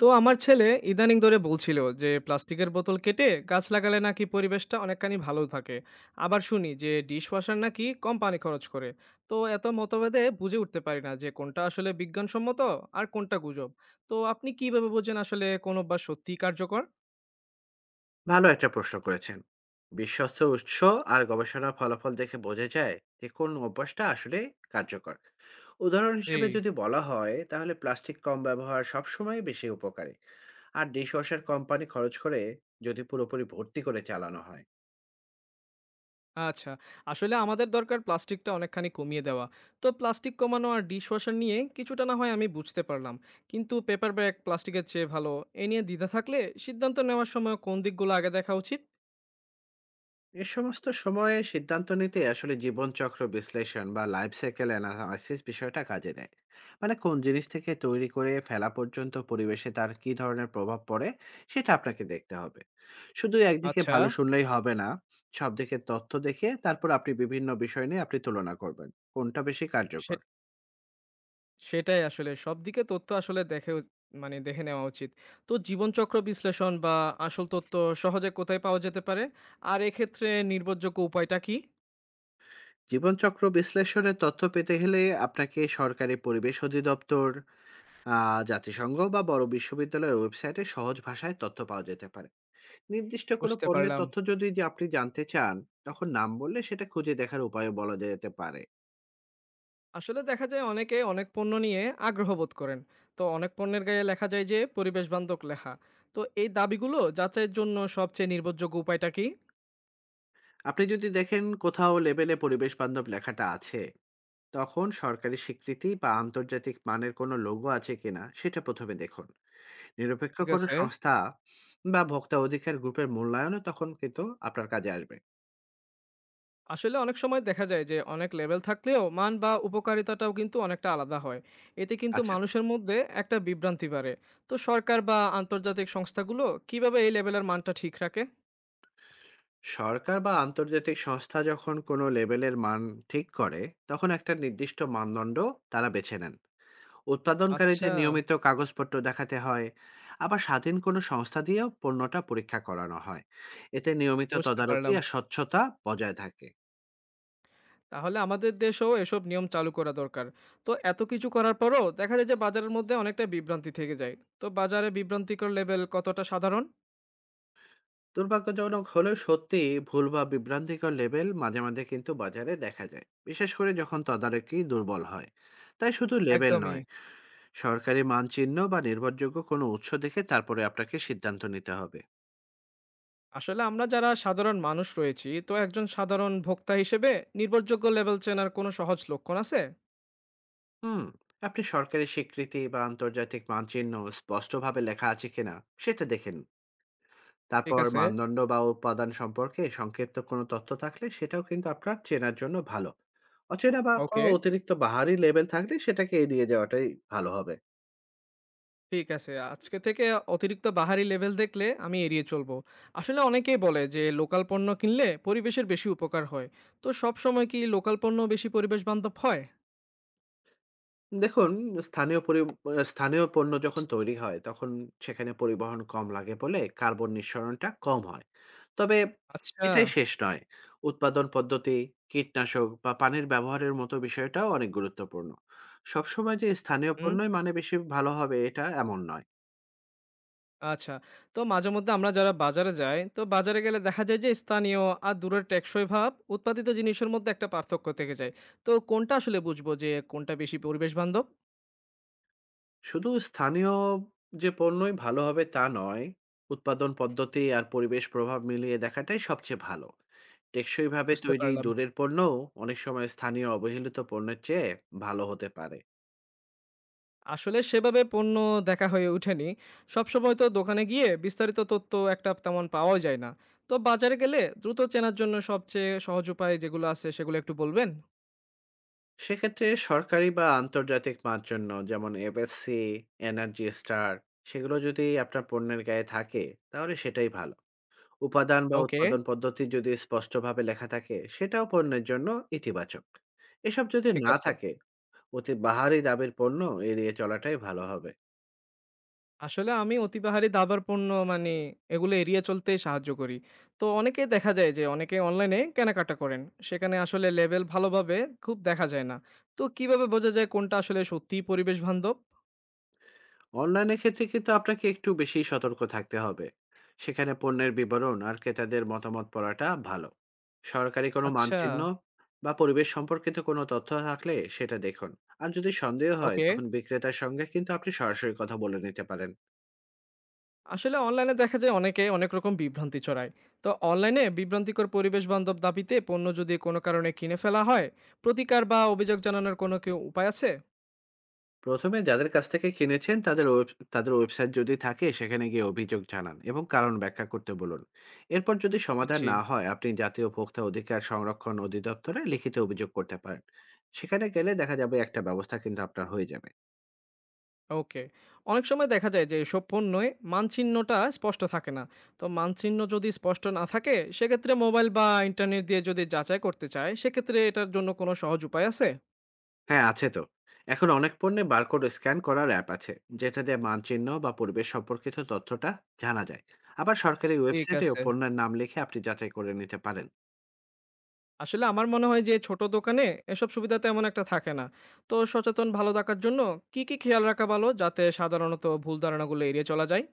তো আমার ছেলে ইদানিং ধরে বলছিল যে প্লাস্টিকের বোতল কেটে গাছ লাগালে নাকি পরিবেশটা অনেকখানি ভালো থাকে। আবার শুনি যে ডিশ ওয়াশার নাকি কম পানি খরচ করে। তো এত মতভেদে বুঝে উঠতে পারি না যে কোনটা আসলে বিজ্ঞানসম্মত আর কোনটা গুজব। তো আপনি কিভাবে বোঝেন আসলে কোন অভ্যাস সত্যি কার্যকর? ভালো একটা প্রশ্ন করেছেন। বিশ্বস্ত উৎস আর গবেষণার ফলাফল দেখে বোঝা যায় যে কোন অভ্যাসটা আসলে কার্যকর। উদাহরণ হিসেবে জি। যদি বলা হয় তাহলে প্লাস্টিক কম ব্যবহার সবসময় বেশি উপকারী। আর ডিশওয়াশার কোম্পানি খরচ করে যদি পুরোপুরি ভর্তি করে চালানো হয়। আচ্ছা। আসলে আমাদের দরকার প্লাস্টিকটা অনেকখানি কমিয়ে দেওয়া। তো প্লাস্টিক কমানো আর ডিশওয়াশার নিয়ে কিছুটা না হয় আমি বুঝতে পারলাম। কিন্তু পেপার ব্যাগ প্লাস্টিকের চেয়ে ভালো, এ নিয়ে দ্বিধা থাকলে সিদ্ধান্ত নেওয়ার সময় কোন দিকগুলো আগে দেখা উচিত? এ সমস্ত সময়ে সিদ্ধান্ত নিতে আসলে জীবনচক্র বিশ্লেষণ বা লাইফ সাইকেল অ্যানালাইসিস বিষয়টা কাজে দেয়। মানে কোন জিনিস থেকে তৈরি করে ফেলা পর্যন্ত পরিবেশে তার কি ধরনের প্রভাব পড়ে সেটা আপনাকে দেখতে হবে। শুধু একদিকে আচ্ছা, ভালো শুনলেই হবে না, সব দিকে তথ্য দেখে তারপর আপনি বিভিন্ন বিষয় নিয়ে তুলনা করবেন কোনটা বেশি সে কার্যকর। সেটাই আসলে সবদিকে তথ্য আসলে মানে দেখে নেওয়া উচিত। তো জীবনচক্র বিশ্লেষণ বা আসল তথ্য সহজে কোথায় পাওয়া যেতে পারে? আর এক্ষেত্রে নির্ভরযোগ্য উপায়টা কি? জীবনচক্র বিশ্লেষণের তথ্য পেতে হলে আপনাকে সরকারি পরিবেশ অধিদপ্তর, জাতিসংঘ বা বড় বিশ্ববিদ্যালয়ের ওয়েবসাইটে সহজ ভাষায় তথ্য পাওয়া যেতে পারে। নির্দিষ্ট কোনো বুঝতে পণ্যের পারলাম। তথ্য যদি আপনি জানতে চান, তখন নাম বললে সেটা খুঁজে দেখার উপায়ও বলা যেতে পারে। আসলে দেখা যায় অনেকে অনেক পণ্য নিয়ে আগ্রহ বোধ করেন। তো অনেক পণ্যের গায়ে লেখা যায় যে পরিবেশ বান্ধব লেখা। তো এই দাবিগুলো যাচাইয়ের জন্য সবচেয়ে নির্ভরযোগ্য উপায়টা কি? আপনি যদি দেখেন কোথাও লেবেলে পরিবেশ বান্ধব লেখাটা আছে, তখন সরকারি স্বীকৃতি বা আন্তর্জাতিক মানের কোনো লোগো আছে কিনা সেটা ১ম এ দেখুন। নিরপেক্ষ ঠিক কোনো আছে। সংস্থা বা ভোক্তা অধিকার গ্রুপের মূল্যায়নও তখন কিন্তু আপনার কাজে আসবে। আসলে অনেক সময় দেখা যায় যে অনেক লেভেল থাকলেও মান বা উপকারিতাটাও কিন্তু অনেকটা আলাদা হয়। এতে কিন্তু আচ্ছা, মানুষের মধ্যে একটা বিভ্রান্তি বাড়ে। তো সরকার বা আন্তর্জাতিক সংস্থাগুলো কিভাবে এই লেভেলের মানটা ঠিক রাখে? সরকার বা আন্তর্জাতিক সংস্থা যখন কোনো লেবেলের মান ঠিক করে, তখন একটা নির্দিষ্ট মানদণ্ড তারা বেছে নেন। আচ্ছা। উৎপাদনকারীদের নিয়মিত কাগজপত্র দেখাতে হয়, আবার স্বাধীন কোনো সংস্থা দিয়েও পণ্যটা পরীক্ষা করানো হয়। এতে নিয়মিত বুঝতে তদারকি পারলাম। আর স্বচ্ছতা বজায় থাকে। তাহলে আমাদের দেশেও এসব নিয়ম চালু করা দরকার। তো এত কিছু করার পরও দেখা যায় যে বাজারের মধ্যে অনেকটা বিভ্রান্তি থেকে যায়। তো বাজারে বিভ্রান্তিকর লেবেল কতটা সাধারণ? দুর্ভাগ্যজনক হলেও সত্যি, ভুল বা বিভ্রান্তিকর লেবেল মাঝে মাঝে কিন্তু বাজারে দেখা যায়, বিশেষ করে যখন তদারকি দুর্বল হয়। তাই শুধু লেবেল একদমই। নয়, সরকারি মানচিহ্ন বা নির্ভরযোগ্য কোনো উৎস দেখে তারপরে আপনাকে সিদ্ধান্ত নিতে হবে। আসলে আমরা যারা সাধারণ মানুষ রয়েছি, তো একজন সাধারণ ভোক্তা হিসেবে নির্ভরযোগ্য লেবেল চেনার কোনো সহজ লক্ষণ আছে? হুম, আপনি সরকারি স্বীকৃতি বা আন্তর্জাতিক মানচিহ্ন স্পষ্টভাবে লেখা আছে কিনা সেটা দেখে নিন। ঠিক তারপর আছে। মানদণ্ড বা উপাদান সম্পর্কে সংক্ষিপ্ত কোনো তথ্য থাকলে সেটাও কিন্তু আপনার চেনার জন্য ভালো। অচেনা বা ওকে। কোনো অতিরিক্ত বাহারি লেবেল থাকলে সেটাকে এড়িয়ে যাওয়াটাই ভালো হবে। ঠিক আছে। আজকে থেকে অতিরিক্ত বাহারি লেবেল দেখলে আমি এড়িয়ে চলবো। আসলে অনেকেই বলে যে লোকাল পণ্য কিনলে পরিবেশের বেশি উপকার হয়। তো সবসময় কি লোকাল পণ্য বেশি পরিবেশ বান্ধব হয়? দেখুন, স্থানীয় পরি আ স্থানীয় পণ্য যখন তৈরি হয় তখন সেখানে পরিবহন কম লাগে বলে কার্বন নিঃসরণটা কম হয়। তবে আচ্ছা। এটাই শেষ নয়। উৎপাদন পদ্ধতি, কীটনাশক বা পানির ব্যবহারের মতো বিষয়টাও অনেক গুরুত্বপূর্ণ। সবসময় যে স্থানীয় হুম, পণ্যই মানে বেশি ভালো হবে এটা এমন নয়। আচ্ছা। তো মাঝেমধ্যে আমরা যারা বাজারে যাই, তো বাজারে গেলে দেখা যায় যে স্থানীয় আর দূরের টেকসই ভাব উৎপাদিত জিনিসের মধ্যে একটা পার্থক্য থেকে যায়। তো কোনটা আসলে বুঝবো যে কোনটা বেশি পরিবেশ বান্ধব? শুধু স্থানীয় যে পণ্যই ভালো হবে তা নয়, উৎপাদন পদ্ধতি আর পরিবেশ প্রভাব মিলিয়ে দেখাটাই সবচেয়ে ভালো। টেকসইভাবে বুঝতে তৈরি পারলাম। দূরের পণ্য অনেক সময় স্থানীয় অবহেলিত পণ্যের চেয়ে ভালো হতে পারে। আসলে সেভাবে পণ্য দেখা হয়ে ওঠেনি। সবসময় তো দোকানে গিয়ে বিস্তারিত তথ্য একটা তেমন পাওয়াও যায় না। তো বাজারে গেলে দ্রুত চেনার জন্য সবচেয়ে সহজ উপায় যেগুলো আছে সেগুলো একটু বলবেন? সেক্ষেত্রে সরকারি বা আন্তর্জাতিক মানদণ্ড যেমন FSC, এনার্জি স্টার সেগুলো যদি আপনার পণ্যের গায়ে থাকে তাহলে সেটাই ভালো। উপাদান বা ওকে, উৎপাদন পদ্ধতি যদি স্পষ্টভাবে লেখা থাকে সেটাও পণ্যের জন্য ইতিবাচক। এসব যদি ঠিক না আছে। থাকে, অতি বাহারি দামের পণ্য এড়িয়ে চলাটাই ভালো হবে। আসলে আমি অতিপাহাড়ী দাবার পণ্য মানে এগুলো এড়িয়ে চলতে সাহায্য করি। তো অনেকে দেখা যায় যে অনেকে অনলাইনে কেনাকাটা করেন, সেখানে আসলে লেভেল ভালোভাবে খুব দেখা যায় না। তো কিভাবে বোঝা যায় কোনটা আসলে সত্যিই পরিবেশ বান্ধব? অনলাইনের ক্ষেত্রে কিন্তু আপনাকে একটু বেশি সতর্ক থাকতে হবে। সেখানে পণ্যের বিবরণ আর ক্রেতাদের মতামত পড়াটা ভালো। সরকারি কোনো আচ্ছা। মানচিহ্ন বা পরিবেশ সম্পর্কিত কোনো তথ্য থাকলে সেটা দেখুন। আর যদি সন্দেহ হয় ওকে। তখন বিক্রেতার সঙ্গে কিন্তু আপনি সরাসরি কথা বলে নিতে পারেন। আসলে অনলাইনে দেখা যায় অনেকে অনেক রকম বিভ্রান্তি ছড়ায়। তো অনলাইনে বিভ্রান্তিকর পরিবেশ বান্ধব দাবিতে পণ্য যদি কোনো কারণে কিনে ফেলা হয়, প্রতিকার বা অভিযোগ জানানোর কোনো কি উপায় আছে? প্রথমে যাদের কাছ থেকে কিনেছেন তাদের ওয়েবসাইট যদি থাকে সেখানে গিয়ে অভিযোগ জানান এবং কারণ ব্যাখ্যা করতে বলুন। এরপর যদি সমাধান বুঝছি। না হয় আপনি জাতীয় ভোক্তা অধিকার সংরক্ষণ অধিদপ্তরে লিখিত অভিযোগ করতে পারেন। সেখানে গেলে দেখা যাবে একটা ব্যবস্থা কিন্তু আপনার হয়ে যাবে। ওকে। অনেক সময় দেখা যায় যে এসব পণ্যে মানচিহ্নটা স্পষ্ট থাকে না। তো মানচিহ্ন যদি স্পষ্ট না থাকে সেক্ষেত্রে মোবাইল বা ইন্টারনেট দিয়ে যদি যাচাই করতে চায় সেক্ষেত্রে এটার জন্য কোনো সহজ উপায় আছে? হ্যাঁ আছে তো। এখন অনেক পণ্যে বারকোড স্ক্যান করার অ্যাপ আছে যেটা দিয়ে মানচিহ্ন বা পরিবেশ সম্পর্কিত তথ্যটা জানা যায়। আবার সরকারি ঠিক ওয়েবসাইটে আছে। পণ্যের নাম লিখে আপনি যাচাই করে নিতে পারেন। আসলে আমার মনে হয় যে ছোট দোকানে এসব সুবিধা তেমন একটা থাকে না। তো সচেতন ভালো থাকার জন্য কি খেয়াল রাখা ভালো যাতে সাধারণত ভুল ধারণাগুলো এড়িয়ে চলা যায়?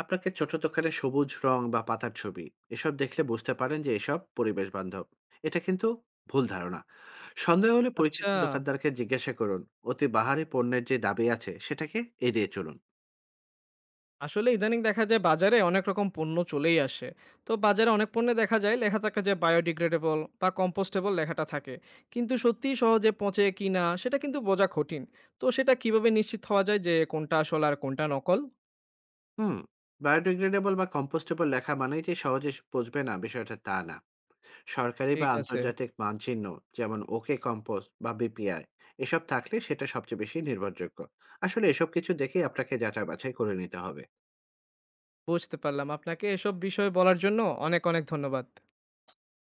আপনাকে ছোট দোকানে সবুজ রং বা পাতার ছবি এসব দেখলে বুঝতে পারেন যে এসব পরিবেশ বান্ধব, এটা কিন্তু ভুল ধারণা। সন্দেহ হলে পরিচিত আচ্ছা। দোকানদারকে জিজ্ঞাসা করুন। অতি বাহারি পণ্যের যে দাবি আছে সেটাকে এড়িয়ে চলুন। আসলে ইদানিং দেখা যায় বাজারে অনেক রকম পণ্য চলেই আসে। তো বাজারে অনেক পণ্যে দেখা যায় লেখা থাকে যে বায়োডিগ্রেডেবল বা কম্পোস্টেবল লেখাটা থাকে, কিন্তু সত্যি সহজে পচে কি না সেটা কিন্তু বোঝা কঠিন। তো সেটা কিভাবে নিশ্চিত হওয়া যায় যে কোনটা আসল আর কোনটা নকল? হুম, বায়োডিগ্রেডেবল বা কম্পোস্টেবল লেখা মানেই যে সহজে বুঝবে না বিষয়টা তা না। সরকারি ঠিক বা আছে। আন্তর্জাতিক মানচিহ্ন যেমন ওকে কম্পোস্ট বা BPI এসব থাকলে সেটা সবচেয়ে বেশি নির্ভরযোগ্য। আসলে এসব কিছু দেখেই আপনাকে যাচাই বাছাই করে নিতে হবে। বুঝতে পারলাম। আপনাকে এসব বিষয়ে বলার জন্য অনেক অনেক ধন্যবাদ।